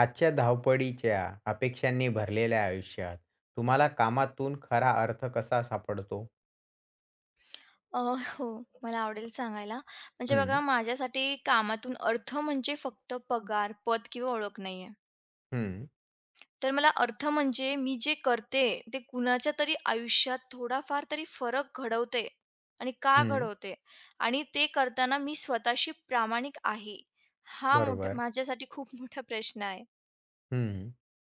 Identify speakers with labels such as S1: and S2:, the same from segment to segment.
S1: आजच्या धावपळीच्या अपेक्षांनी भरलेल्या आयुष्यात तुम्हाला कामातून खरा अर्थ कसा सापडतो?
S2: अ, हो, मला आवडेल सांगायला. म्हणजे बघा
S1: हं,
S2: माझ्यासाठी कामातून अर्थ म्हणजे फक्त पगार, पद किंवा ओळख नाहीये.
S1: हं,
S2: तर मला अर्थ म्हणजे मी जे करते ते कुणाच्या तरी आयुष्यात थोडाफार तरी फरक घडवते आणि का
S1: हं.
S2: घडवते आणि ते करताना मी स्वतःशी प्रामाणिक आहे. हा मोठा
S1: बरोबर.
S2: माझ्यासाठी खूप मोठा प्रश्न आहे.
S1: हं.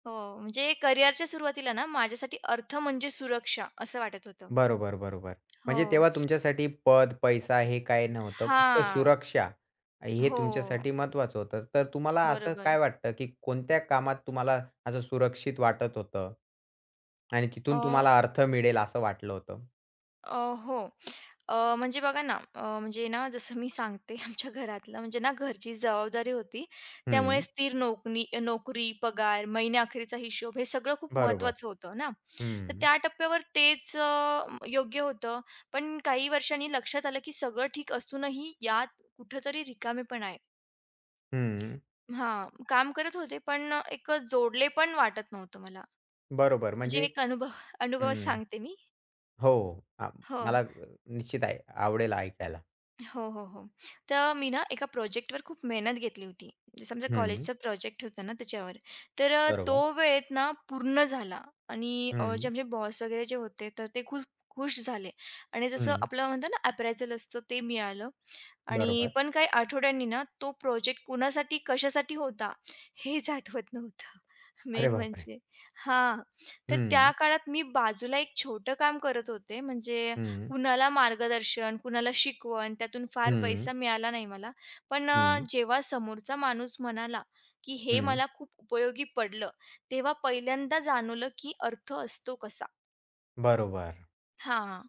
S2: हो, म्हणजे करिअरच्या सुरुवातीला ना माझ्यासाठी अर्थ म्हणजे सुरक्षा असं वाटत होतं.
S1: बरोबर, बरोबर.
S2: हो.
S1: म्हणजे तेव्हा तुमच्यासाठी पद, पैसा हे काही नव्हतं. फक्त
S2: हां.
S1: सुरक्षा हे
S2: हो,
S1: तुमच्यासाठी महत्त्वाचं होतं. तर तुम्हाला असं
S2: बरोबर.
S1: काय वाटतं, की कोणत्या कामात तुम्हाला असं सुरक्षित वाटत होतं? आणि तिथून तुम्हाला अर्थ मिळेल असं वाटलं होतं?
S2: अ, हो. म्हणजे बघा ना, म्हणजे ना जसं मी सांगते आमच्या घरातलं म्हणजे ना घरची जबाबदारी होती. त्यामुळे
S1: हं.
S2: स्थिर नोकरी, पगार, महिन्याअखेरीचा हिशोब हे सगळं खूप
S1: बरोबर.
S2: महत्त्वाचं होतं ना. तर
S1: हं,
S2: त्या टप्प्यावर तेच योग्य होतं. पण काही वर्षांनी लक्षात आलं की सगळं ठीक असूनही यात कुठेतरी रिकामेपणा आहे.
S1: हं.
S2: हां, काम करत होते पण एक जोडले पण वाटत नव्हतं मला.
S1: बरोबर
S2: म्हणजे
S1: म्हणजे
S2: एक अनुभव अनुभव
S1: हं.
S2: सांगते मी.
S1: हो. आ,
S2: हो.
S1: मला निश्चित आहे, आवडेल ऐकायला.
S2: हो, हो, हो. तर मी ना एका प्रोजेक्टवर खूप मेहनत घेतली होती. जसं आमचं
S1: हं.
S2: कॉलेजचा प्रोजेक्ट होता ना त्याच्यावर. तर
S1: बरोबर.
S2: तो वेळेत ना पूर्ण झाला आणि जे
S1: हं,
S2: आमचे बॉस वगैरे जे होते तर ते खूप खुश झाले आणि जसं
S1: हं.
S2: आपलं म्हणतो ना अप्रायझल असतं ते मिळालं आणि
S1: बरोबर.
S2: पण काही आठवड्यांनी ना तो प्रोजेक्ट कुणासाठी, कशासाठी होता हेच आठवत नव्हतं.
S1: अरे
S2: मेन
S1: बापरे!
S2: म्हणजे हां, तर त्या
S1: हं,
S2: काळात मी बाजूला एक छोटं काम करत होते. म्हणजे
S1: हं,
S2: कुणाला मार्गदर्शन, कुणाला शिकवण, त्यातून फार
S1: हं,
S2: पैसा मिळाला नाही मला. पण
S1: हं,
S2: जेव्हा समोरचा माणूस म्हणाला, की "हे
S1: हं.
S2: मला खूप उपयोगी पडलं." तेव्हा पहिल्यांदा जाणवलं, की अर्थ असतो कसा.
S1: बरोबर.
S2: हां.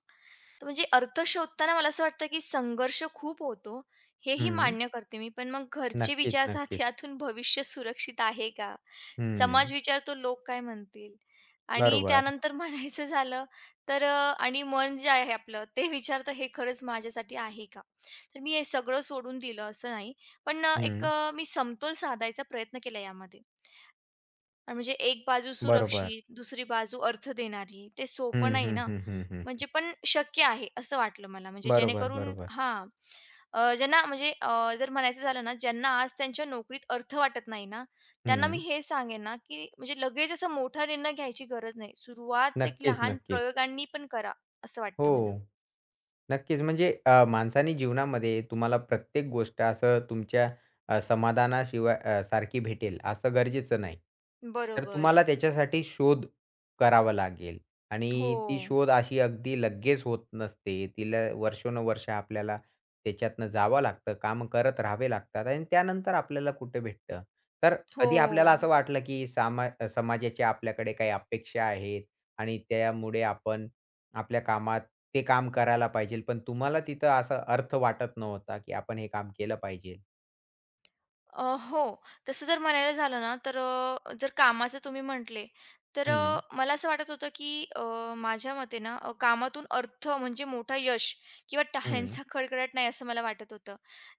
S2: तर म्हणजे अर्थ शोधताना मला असं वाटतं, की संघर्ष खूप होतो, हेही
S1: हं.
S2: मान्य करते मी. पण मग घरचे
S1: नक्कीच,
S2: विचारतात
S1: नक्कीच.
S2: यातून भविष्य सुरक्षित आहे का? समाज
S1: हं.
S2: विचारतो लोक काय म्हणतील? आणि
S1: बरोबर.
S2: त्यानंतर म्हणायचं झालं तर आणि मन जे आहे आपलं ते विचारतं हे खरंच माझ्यासाठी आहे का? तर मी हे सगळं सोडून दिलं असं नाही. पण
S1: हं.
S2: मी समतोल साधायचा प्रयत्न केला यामध्ये. म्हणजे एक बाजू
S1: बरोबर.
S2: सुरक्षित, दुसरी बाजू अर्थ देणारी. ते सोपं
S1: हं,
S2: नाही
S1: हं,
S2: ना.
S1: हं, हं, हं.
S2: म्हणजे पण शक्य आहे, असं वाटलं मला. म्हणजे
S1: बरोबर,
S2: जेणेकरून
S1: बरोबर.
S2: हां. अ, ज्यांना म्हणजे अ, जर म्हणायचं झालं ना, ज्यांना आज त्यांच्या नोकरीत अर्थ वाटत नाही ना, त्यांना मी
S1: हं.
S2: हे सांगेन ना, की म्हणजे लगेच असा मोठा निर्णय घ्यायची गरज नाही. सुरुवात एक
S1: नक्कीच,
S2: लहान
S1: नक्कीच.
S2: प्रयोगांनी पण करा, असं
S1: हो.
S2: वाटतं मला.
S1: नक्कीच. म्हणजे माणसाने जीवनामध्ये तुम्हाला प्रत्येक गोष्ट असं तुमच्या समाधानाशिवाय सारखी भेटेल असं गरजेचं नाही. तर
S2: बरोबर.
S1: तुम्हाला त्याच्यासाठी शोध करावा लागेल
S2: हो.
S1: आणि ती शोध अशी अगदी लगेच होत नसते. तिला वर्षानुवर्ष आपल्याला त्याच्यातनं जावं लागतं, काम करत राहावे लागतात आणि त्यानंतर आपल्याला कुठे भेटतं. तर
S2: हो.
S1: कधी आपल्याला असं वाटलं की समाजाच्या आपल्याकडे काही अपेक्षा आहेत आणि त्यामुळे आपण आपल्या कामात ते काम करायला पाहिजे. पण तुम्हाला तिथं असा अर्थ वाटत नव्हता, की आपण हे काम केलं पाहिजे.
S2: अ, हो. तसं जर म्हणायला झालं ना, तर जर कामाचं तुम्ही म्हटले, तर
S1: हं,
S2: मला असं वाटत होतं, की माझ्या मते ना, कामातून अर्थ म्हणजे मोठा यश किंवा
S1: हं.
S2: टाळ्यांचा कडकडाट नाही असं मला वाटत होतं,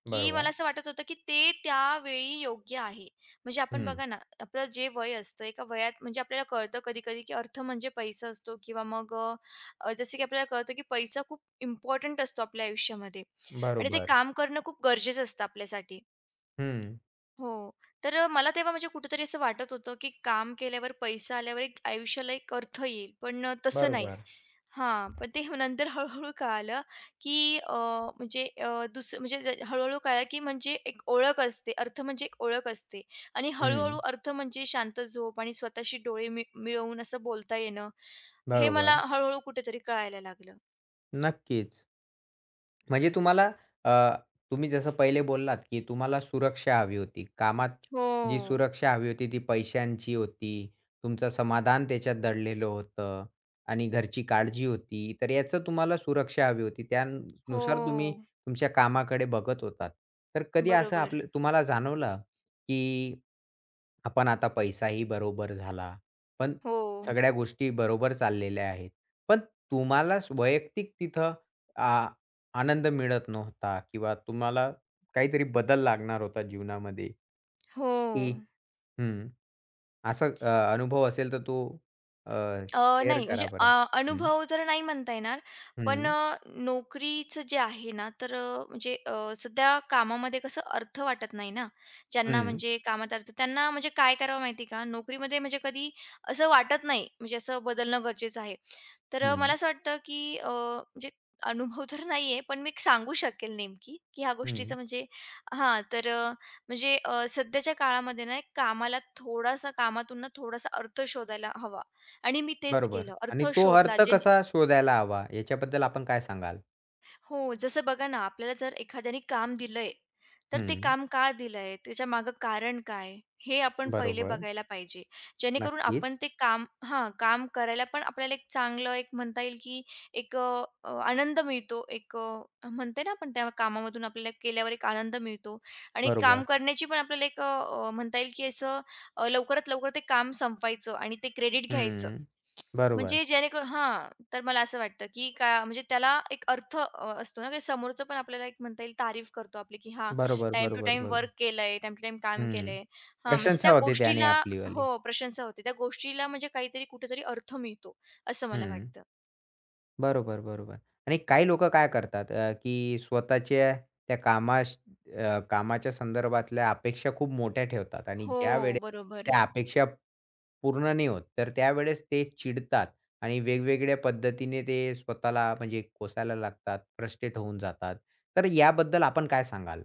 S2: की मला
S1: बरोबर.
S2: असं वाटत होतं, की ते त्यावेळी योग्य आहे. म्हणजे आपण
S1: हं.
S2: बघा ना, आपलं जे वय असतं, एका वयात म्हणजे आपल्याला कळतं कधी-कधी, की अर्थ म्हणजे पैसा असतो किंवा मग जसं की आपल्याला कळतं, की पैसा खूप इम्पॉर्टंट असतो आपल्या आयुष्यामध्ये आणि ते
S1: बरोबर.
S2: काम करणं खूप गरजेचं असतं आपल्यासाठी.
S1: हं.
S2: हो. तर मला तेव्हा म्हणजे कुठेतरी असं वाटत होतं, की काम केल्यावर, पैसा आल्यावर एक आयुष्याला एक अर्थ येईल. पण तसं नाही.
S1: बरोबर.
S2: हां. पण ते नंतर हळू-हळू कळालं, की अ, म्हणजे अ, दुस म्हणजे ज हळू कळालं, की म्हणजे एक ओळख असते. अर्थ म्हणजे एक ओळख असते. आणि हळू
S1: हं.
S2: अर्थ म्हणजे शांत झोप आणि स्वतःशी डोळे मिळवून असं बोलता येणं. हे मला
S1: बरोबर.
S2: हळू कुठेतरी कळायला लागलं.
S1: नक्कीच. म्हणजे तुम्हाला अ, तुम्ही जसं पहिले बोललात, की तुम्हाला सुरक्षा हवी होती. कामात जी
S2: हो.
S1: सुरक्षा हवी होती ती पैशांची होती. तुमचं समाधान त्याच्यात दडलेलं होतं आणि घरची काळजी होती. तर याचं तुम्हाला सुरक्षा हवी होती.
S2: हो.
S1: त्यानुसार तुम्ही तुमच्या कामाकडे बघत होतात. तर कधी असं
S2: बरोबर.
S1: आपलं तुम्हाला जाणवलं, की आपण आता पैसाही बरोबर झाला. पण
S2: हो.
S1: सगळ्या गोष्टी बरोबर चाललेल्या आहेत. पण तुम्हाला वैयक्तिक तिथं आनंद मिळत नव्हता किंवा तुम्हाला काहीतरी बदल लागणार होता जीवनामध्ये,
S2: हो.
S1: की हं, असा अनुभव असेल तर तो अ,
S2: अ,
S1: शेअर
S2: नाही म्हणजे
S1: करा
S2: अ,
S1: बरं? हं,
S2: अनुभव तर नाही म्हणता येणार. पण
S1: हं,
S2: नोकरीचं जे आहे ना, तर सध्या कामामध्ये कसं अर्थ वाटत नाही ना. ज्यांना
S1: हं,
S2: म्हणजे कामात अर्थ त्यांना म्हणजे काय करावं माहिती आहे का? नोकरीमध्ये म्हणजे कधी असं वाटत नाही, म्हणजे असं बदलणं गरजेचं आहे. तर
S1: हं,
S2: मला असं वाटतं, की म्हणजे अनुभव तर नाहीये, पण मी एक सांगू शकेल नेमकी, की ह्या गोष्टीचं
S1: हं.
S2: म्हणजे हां, तर सध्याच्या काळामध्ये ना, एक कामाला थोडासा कामातून ना, थोडासा अर्थ शोधायला हवा आणि मी तेच
S1: बरोबर
S2: केलं. अर्थ
S1: आणि तो
S2: शोधला
S1: अर्थ
S2: जे
S1: कसा शोधायला हवा याच्याबद्दल आपण काय सांगाल?
S2: हो, जसं बघा ना, आपल्याला जर एखाद्याने काम दिलंय, तर ते
S1: हं,
S2: काम का दिलंय? त्याच्यामागं कारण काय? हे आपण पहिले
S1: बरोबर.
S2: बघायला पाहिजे. जेणेकरून आपण
S1: नक्कीच.
S2: ते काम हां, काम करायला पण आपल्याला एक चांगलं एक म्हणता येईल, की एक अ, अ, आनंद मिळतो. एक म्हणते ना आपण त्या कामामधून आपल्याला केल्यावर एक आनंद मिळतो आणि काम
S1: बरोबर.
S2: करण्याची पण आपल्याला एक अ, अ, म्हणता येईल, की असं लवकरात लवकर ते काम संपवायचं आणि ते क्रेडिट घ्यायचं.
S1: हं. बरोबर.
S2: म्हणजे जेणेकरून हां. तर मला असं वाटतं, की का म्हणजे त्याला एक अर्थ असतो ना, की समोरचं पण आपल्याला एक म्हणता येईल तारीफ करतो आपली, की हां,
S1: बरोबर,
S2: टाईम टू
S1: बरोबर,
S2: टाईम
S1: बरोबर.
S2: वर्क केलंय, टाईम टू टाईम काम
S1: हं.
S2: केलंय. हां, म्हणजे त्या
S1: प्रशंसा होते त्याने
S2: गोष्टीला
S1: आपलीवाली.
S2: हो, प्रशंसा होते. त्या गोष्टीला म्हणजे काहीतरी कुठेतरी अर्थ मिळतो, असं मला
S1: हं.
S2: वाटतं.
S1: बरोबर, बरोबर. आणि काही लोकं काय करतात की स्वतःच्या त्या कामाश कामाच्या संदर्भातल्या अपेक्षा खूप मोठ्या ठेवतात आणि
S2: हो,
S1: ज्यावेळेस
S2: बरोबर.
S1: त्या अपेक्षा पूर्ण नाही होत, तर त्यावेळेस ते चिडतात आणि वेगवेगळ्या पद्धतीने ते स्वतःला म्हणजे कोसायला लागतात, फ्रस्ट्रेट होऊन जातात. तर याबद्दल आपण काय सांगाल?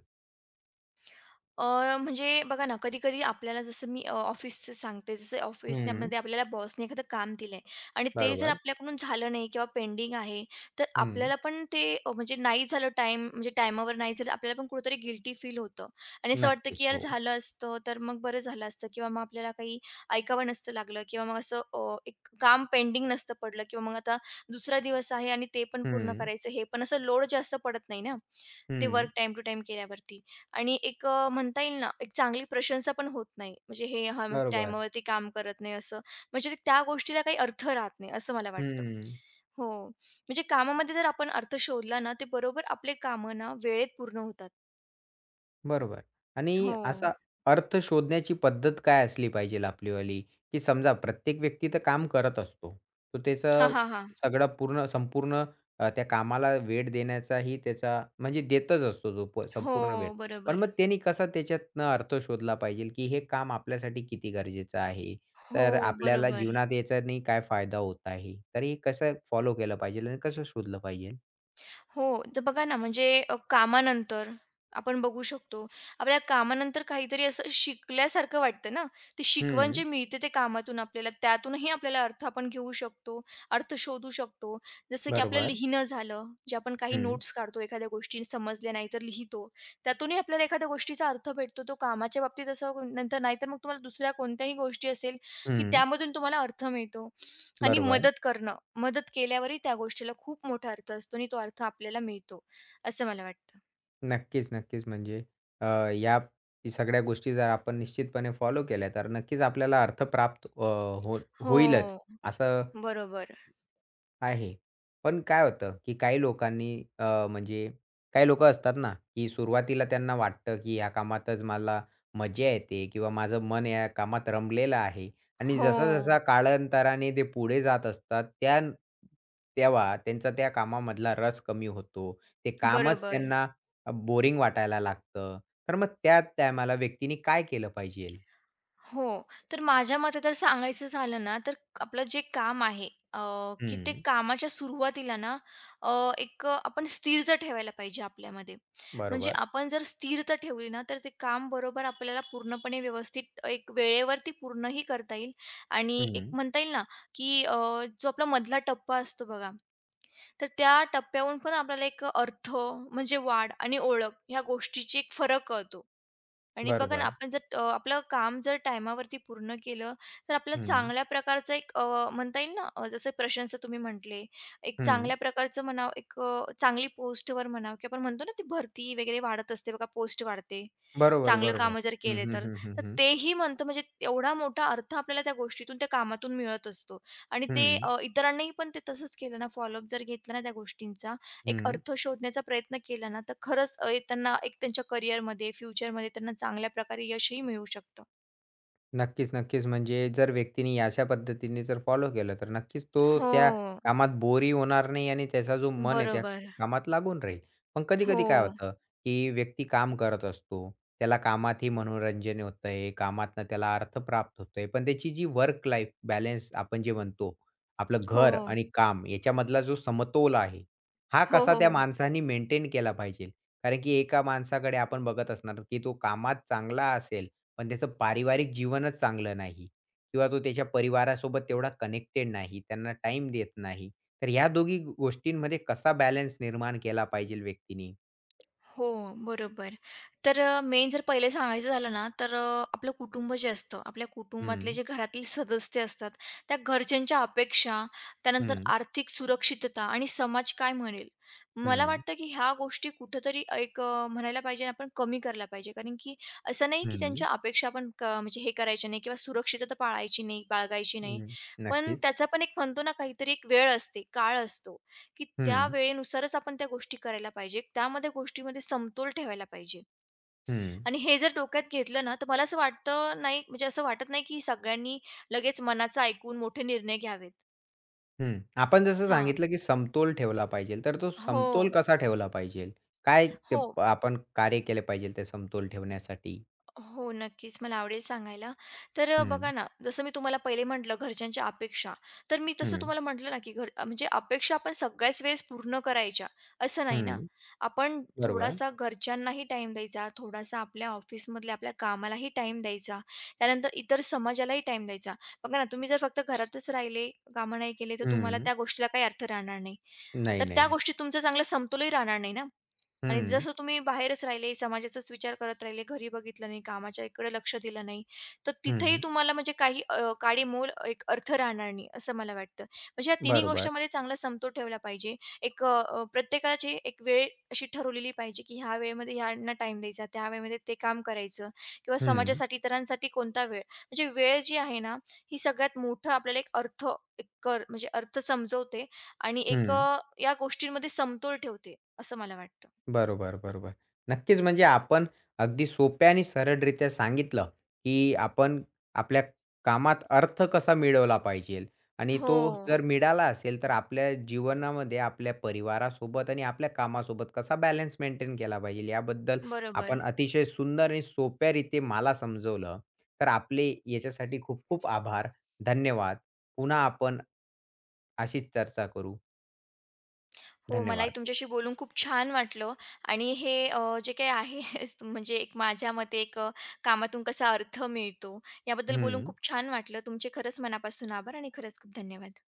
S2: म्हणजे बघा ना, कधी-कधी आपल्याला जसं मी ऑफिसचं सांगते, जसं
S1: हं,
S2: ऑफिसमध्ये आपल्याला बॉसने एखादं काम दिलंय आणि ते जर
S1: बरोबर.
S2: आपल्याकडून झालं नाही किंवा पेंडिंग आहे, तर
S1: हं,
S2: आपल्याला पण ते अ, म्हणजे नाही झालं टाईम म्हणजे टाईमावर नाही झालं, आपल्याला पण कुठेतरी गिल्टी फील होतं आणि असं वाटतं,
S1: नक्कीच.
S2: की यार
S1: हो.
S2: झालं असतं तर मग बरं झालं असतं किंवा मग आपल्याला काही ऐकावं नसतं लागलं किंवा मग असं एक काम पेंडिंग नसतं पडलं किंवा मग आता दुसरा दिवस आहे आणि ते पण पूर्ण
S1: हं,
S2: करायचं, हे पण असं लोड जास्त पडत नाही ना, ते
S1: हं.
S2: वर्क टाईम टू टाईम केल्यावरती. आणि एक म्हणता येईल ना, एक चांगली प्रशंसा पण होत नाही. म्हणजे हे हा मग
S1: बरोबर.
S2: टाईमावरती काम करत नाही असं. म्हणजे त्या गोष्टीला काही अर्थ राहत नाही, असं मला वाटतं.
S1: हं.
S2: हो, म्हणजे कामामध्ये जर आपण अर्थ शोधला ना, ते बरोबर आपले कामं ना वेळेत पूर्ण होतात.
S1: बरोबर आणि
S2: हो.
S1: असा अर्थ शोधण्याची पद्धत काय असली पाहिजे आपलीवाली, की समजा प्रत्येक व्यक्ती तर काम करत असतो. तो
S2: हां,
S1: त्याचं
S2: हां, हां.
S1: सगळं पूर्ण संपूर्ण त्या कामाला वेळ देण्याचाही त्याचा म्हणजे देतच असतो तो
S2: हो,
S1: संपूर्ण वेळ. पण
S2: बरोबर.
S1: मग त्यांनी कसा त्याच्यातनं अर्थ शोधला पाहिजे, की हे काम आपल्यासाठी किती गरजेचं आहे? तर
S2: हो,
S1: आपल्याला
S2: बरोबर.
S1: जीवनात याच्याने काय फायदा होत आहे? तर हे कसं फॉलो केलं पाहिजे आणि कसं शोधलं पाहिजे?
S2: हो. तर बघा ना, म्हणजे कामानंतर आपण बघू शकतो. आपल्या कामानंतर काहीतरी असं शिकल्यासारखं वाटतं ना, ती शिकवण जे
S1: हं.
S2: मिळते ते कामातून आपल्याला, त्यातूनही आपल्याला अर्थ आपण घेऊ शकतो, अर्थ शोधू शकतो. जसं की आपलं
S1: बरोबर.
S2: लिहिणं झालं, जे आपण काही
S1: हं.
S2: नोट्स काढतो, एखाद्या गोष्टी समजल्या नाही तर लिहितो. त्यातूनही आपल्याला एखाद्या गोष्टीचा अर्थ भेटतो. तो कामाच्या बाबतीत नंतर नाहीतर मग तुम्हाला दुसऱ्या कोणत्याही गोष्टी असेल, की
S1: हं.
S2: त्यामधून तुम्हाला अर्थ मिळतो. आणि
S1: बरोबर.
S2: मदत करणं, मदत केल्यावरही त्या गोष्टीला खूप मोठा अर्थ असतो आणि तो अर्थ आपल्याला मिळतो, असं मला वाटतं.
S1: नक्कीच, नक्कीच. म्हणजे अ, या सगळ्या गोष्टी जर आपण निश्चितपणे फॉलो केल्या, तर नक्कीच आपल्याला अर्थ प्राप्त हो होईलच,
S2: हो,
S1: असं
S2: बरोबर.
S1: आहे. पण काय होतं, की काही लोकांनी म्हणजे काही लोकं असतात ना, की सुरुवातीला त्यांना वाटतं, की या कामातच मला मजा येते किंवा माझं मन या कामात रमलेलं आहे आणि
S2: हो,
S1: जसा-जसा कालांतराने ते पुढे जात असतात, त्या तेव्हा त्यांचा त्या कामामधला रस कमी होतो. ते कामच
S2: बरोबर.
S1: त्यांना बोरिंग वाटायला लागतं. तर मग त्या टायमाला व्यक्तीने काय केलं पाहिजेल?
S2: हो. तर माझ्या मते तर सांगायचं झालं ना, तर आपलं जे काम आहे, की ते
S1: हं,
S2: कामाच्या सुरुवातीला ना अ, एक आपण स्थिरता ठेवायला पाहिजे आपल्यामध्ये. म्हणजे
S1: बरोबर.
S2: आपण जर स्थिरता ठेवली ना, तर ते काम बरोबर आपल्याला पूर्णपणे व्यवस्थित एक वेळेवरती पूर्णही करता येईल आणि एक
S1: हं,
S2: म्हणता येईल ना, की जो आपला मधला टप्पा असतो बघा, तर त्या टप्प्याहून पण आपल्याला एक अर्थ म्हणजे वाढ आणि ओळख ह्या गोष्टीची एक फरक कळतो. आणि बघा ना,
S1: बरोबर.
S2: आपण जर आपलं काम जर टायमावरती पूर्ण केलं, तर आपल्याला
S1: हं,
S2: चांगल्या प्रकारचं एक म्हणता येईल ना, जसं प्रशंसा तुम्ही म्हटले, एक
S1: हं.
S2: चांगल्या प्रकारचं म्हणावं, एक चांगली पोस्टवर म्हणावं की आपण म्हणतो ना, ती भरती वगैरे वाढत असते बघा, पोस्ट वाढते.
S1: बरोबर,
S2: चांगलं
S1: बरोबर.
S2: कामं जर
S1: हं,
S2: केले
S1: हं,
S2: तर.
S1: हं, हं,
S2: तर
S1: हं.
S2: तेही म्हणतो म्हणजे एवढा मोठा अर्थ आपल्याला त्या गोष्टीतून, त्या कामातून मिळत असतो आणि ते
S1: हं,
S2: अ, इतरांनाही पण ते तसंच केलं ना, फॉलोअप जर घेतला ना त्या गोष्टींचा एक
S1: हं.
S2: अर्थ शोधण्याचा प्रयत्न केला ना, तर खरंच त्यांना एक त्यांच्या करिअरमध्ये, फ्युचरमध्ये त्यांना चांगल्या प्रकारे यशही मिळू शकतं.
S1: नक्कीच, नक्कीच. म्हणजे जर व्यक्तीने अशा पद्धतीने जर फॉलो केलं, तर नक्कीच तो
S2: हो.
S1: त्या कामात बोरी होणार नाही आणि त्याचा जो मन आहे त्या
S2: बरोबर.
S1: कामात लागून राहील. पण
S2: हो.
S1: कधी-कधी काय होतं, की व्यक्ती काम करत असतो. त्याला कामातही मनोरंजन होतंय, कामातनं त्याला अर्थ प्राप्त होतोय. पण त्याची जी वर्क लाईफ बॅलन्स आपण जे म्हणतो, आपलं
S2: हो,
S1: घर
S2: हो.
S1: आणि काम याच्यामधला जो समतोल आहे, हा
S2: हो,
S1: कसा
S2: हो,
S1: त्या
S2: हो.
S1: माणसाने मेंटेन केला पाहिजे. कारण की एका माणसाकडे आपण बघत असणार, की तो कामात चांगला असेल, पण त्याचं पारिवारिक जीवनच चांगलं नाही किंवा तो त्याच्या परिवारासोबत तेवढा कनेक्टेड नाही, त्यांना टाइम देत नाही. तर ह्या दोघी गोष्टींमध्ये कसा बॅलन्स निर्माण केला पाहिजे व्यक्तीने?
S2: हो, बरोबर. तर मेन जर पहिले सांगायचं झालं ना, तर आपलं कुटुंब जे असतं, आपल्या कुटुंबातले
S1: हं,
S2: जे घरातील सदस्य असतात, त्या घरच्यांच्या अपेक्षा, त्यानंतर
S1: हं,
S2: आर्थिक सुरक्षितता आणि समाज काय म्हणेल? मला
S1: हं,
S2: वाटतं की ह्या गोष्टी कुठेतरी एक म्हणायला पाहिजे आपण कमी करायला पाहिजे. कारण की असं नाही की
S1: हं,
S2: त्यांच्या अपेक्षा आपण म्हणजे हे करायच्या नाही किंवा सुरक्षितता पाळायची नाही, बाळगायची नाही.
S1: हं.
S2: पण
S1: नक्कीच.
S2: त्याचा पण एक म्हणतो ना, काहीतरी एक वेळ असते, काळ असतो. की
S1: हं,
S2: त्या वेळेनुसारच आपण त्या गोष्टी करायला पाहिजे. त्यामध्ये गोष्टीमध्ये समतोल ठेवायला पाहिजे.
S1: हं,
S2: आणि हे जर डोक्यात घेतलं ना, तर मला असं वाटतं नाही म्हणजे असं वाटत नाही की सगळ्यांनी लगेच मनाचं ऐकून मोठे निर्णय घ्यावेत.
S1: हं. आपण जसं
S2: हां.
S1: सांगितलं की समतोल ठेवला पाहिजे. तर तो समतोल
S2: हो,
S1: कसा ठेवला पाहिजे? काय ते
S2: हो.
S1: आपण कार्य केले पाहिजे ते समतोल ठेवण्यासाठी?
S2: हो, नक्कीच. मला आवडेल सांगायला. तर बघा
S1: हं,
S2: ना, जसं मी तुम्हाला पहिले म्हटलं घरच्यांच्या अपेक्षा, तर मी तसं
S1: हं,
S2: तुम्हाला म्हटलं ना, की घर, म्हणजे अपेक्षा आपण सगळ्याच वेळेस पूर्ण करायच्या असं नाही ना.
S1: हं.
S2: आपण
S1: बरोबर.
S2: थोडासा घरच्यांनाही टाईम द्यायचा, थोडासा आपल्या ऑफिसमधल्या आपल्या कामालाही टाईम द्यायचा, त्यानंतर इतर समाजालाही टाईम द्यायचा. बघा ना, तुम्ही जर फक्त घरातच राहिले, कामं नाही केले, तर तुम्हाला
S1: हं.
S2: त्या गोष्टीला काही अर्थ राहणार नाही.
S1: नाही,
S2: तर
S1: नाही,
S2: त्या
S1: नाही.
S2: गोष्टीत तुमचं चांगलं समतोलही राहणार नाही ना. आणि
S1: हं,
S2: जसं तुम्ही बाहेरच राहिले, समाजाचाच विचार करत राहिले, घरी बघितलं नाही, कामाच्या इकडे लक्ष दिलं नाही, तर तिथेही
S1: हं.
S2: तुम्हाला म्हणजे काही काडीमोल एक अर्थ राहणार नाही, असं मला वाटतं. म्हणजे या तिन्ही
S1: बरोबर.
S2: गोष्टींमध्ये चांगला समतोल ठेवला पाहिजे. प्रत्येकाची एक वेळ अशी ठरवलेली पाहिजे, की ह्या वेळेमध्ये ह्यांना टाईम द्यायचा, त्या वेळेमध्ये ते काम करायचं किंवा
S1: हं,
S2: समाजासाठी, इतरांसाठी कोणता वेळ. म्हणजे वेळ जी आहे ना, ही सगळ्यात मोठं आपल्याला एक अर्थ एक कर म्हणजे अर्थ समजवते आणि
S1: हं.
S2: या गोष्टींमध्ये समतोल ठेवते, असं मला वाटतं.
S1: बरोबर, बरोबर. नक्कीच म्हणजे आपण अगदी सोप्या आणि सरळरित्या सांगितलं, की आपण आपल्या कामात अर्थ कसा मिळवला पाहिजेल आणि
S2: हो,
S1: तो जर मिळाला असेल तर आपल्या जीवनामध्ये आपल्या परिवारासोबत आणि आपल्या कामासोबत कसा बॅलन्स मेंटेन केला पाहिजेल याबद्दल
S2: बरोबर.
S1: आपण अतिशय सुंदर आणि सोप्या रीती मला समजवलं. तर आपले याच्यासाठी खूप खूप आभार. धन्यवाद. पुन्हा आपण अशीच चर्चा करू.
S2: हो, मलाही
S1: धन्यवाद.
S2: तुमच्याशी बोलून खूप छान वाटलं आणि हे, जे काही आहे हेच म्हणजे माझ्या मते कामातून कसा अर्थ मिळतो, याबद्दल बोलून
S1: हं.
S2: खूप छान वाटलं. तुमचे खरंच मनापासून आभार आणि खरंच खूप धन्यवाद.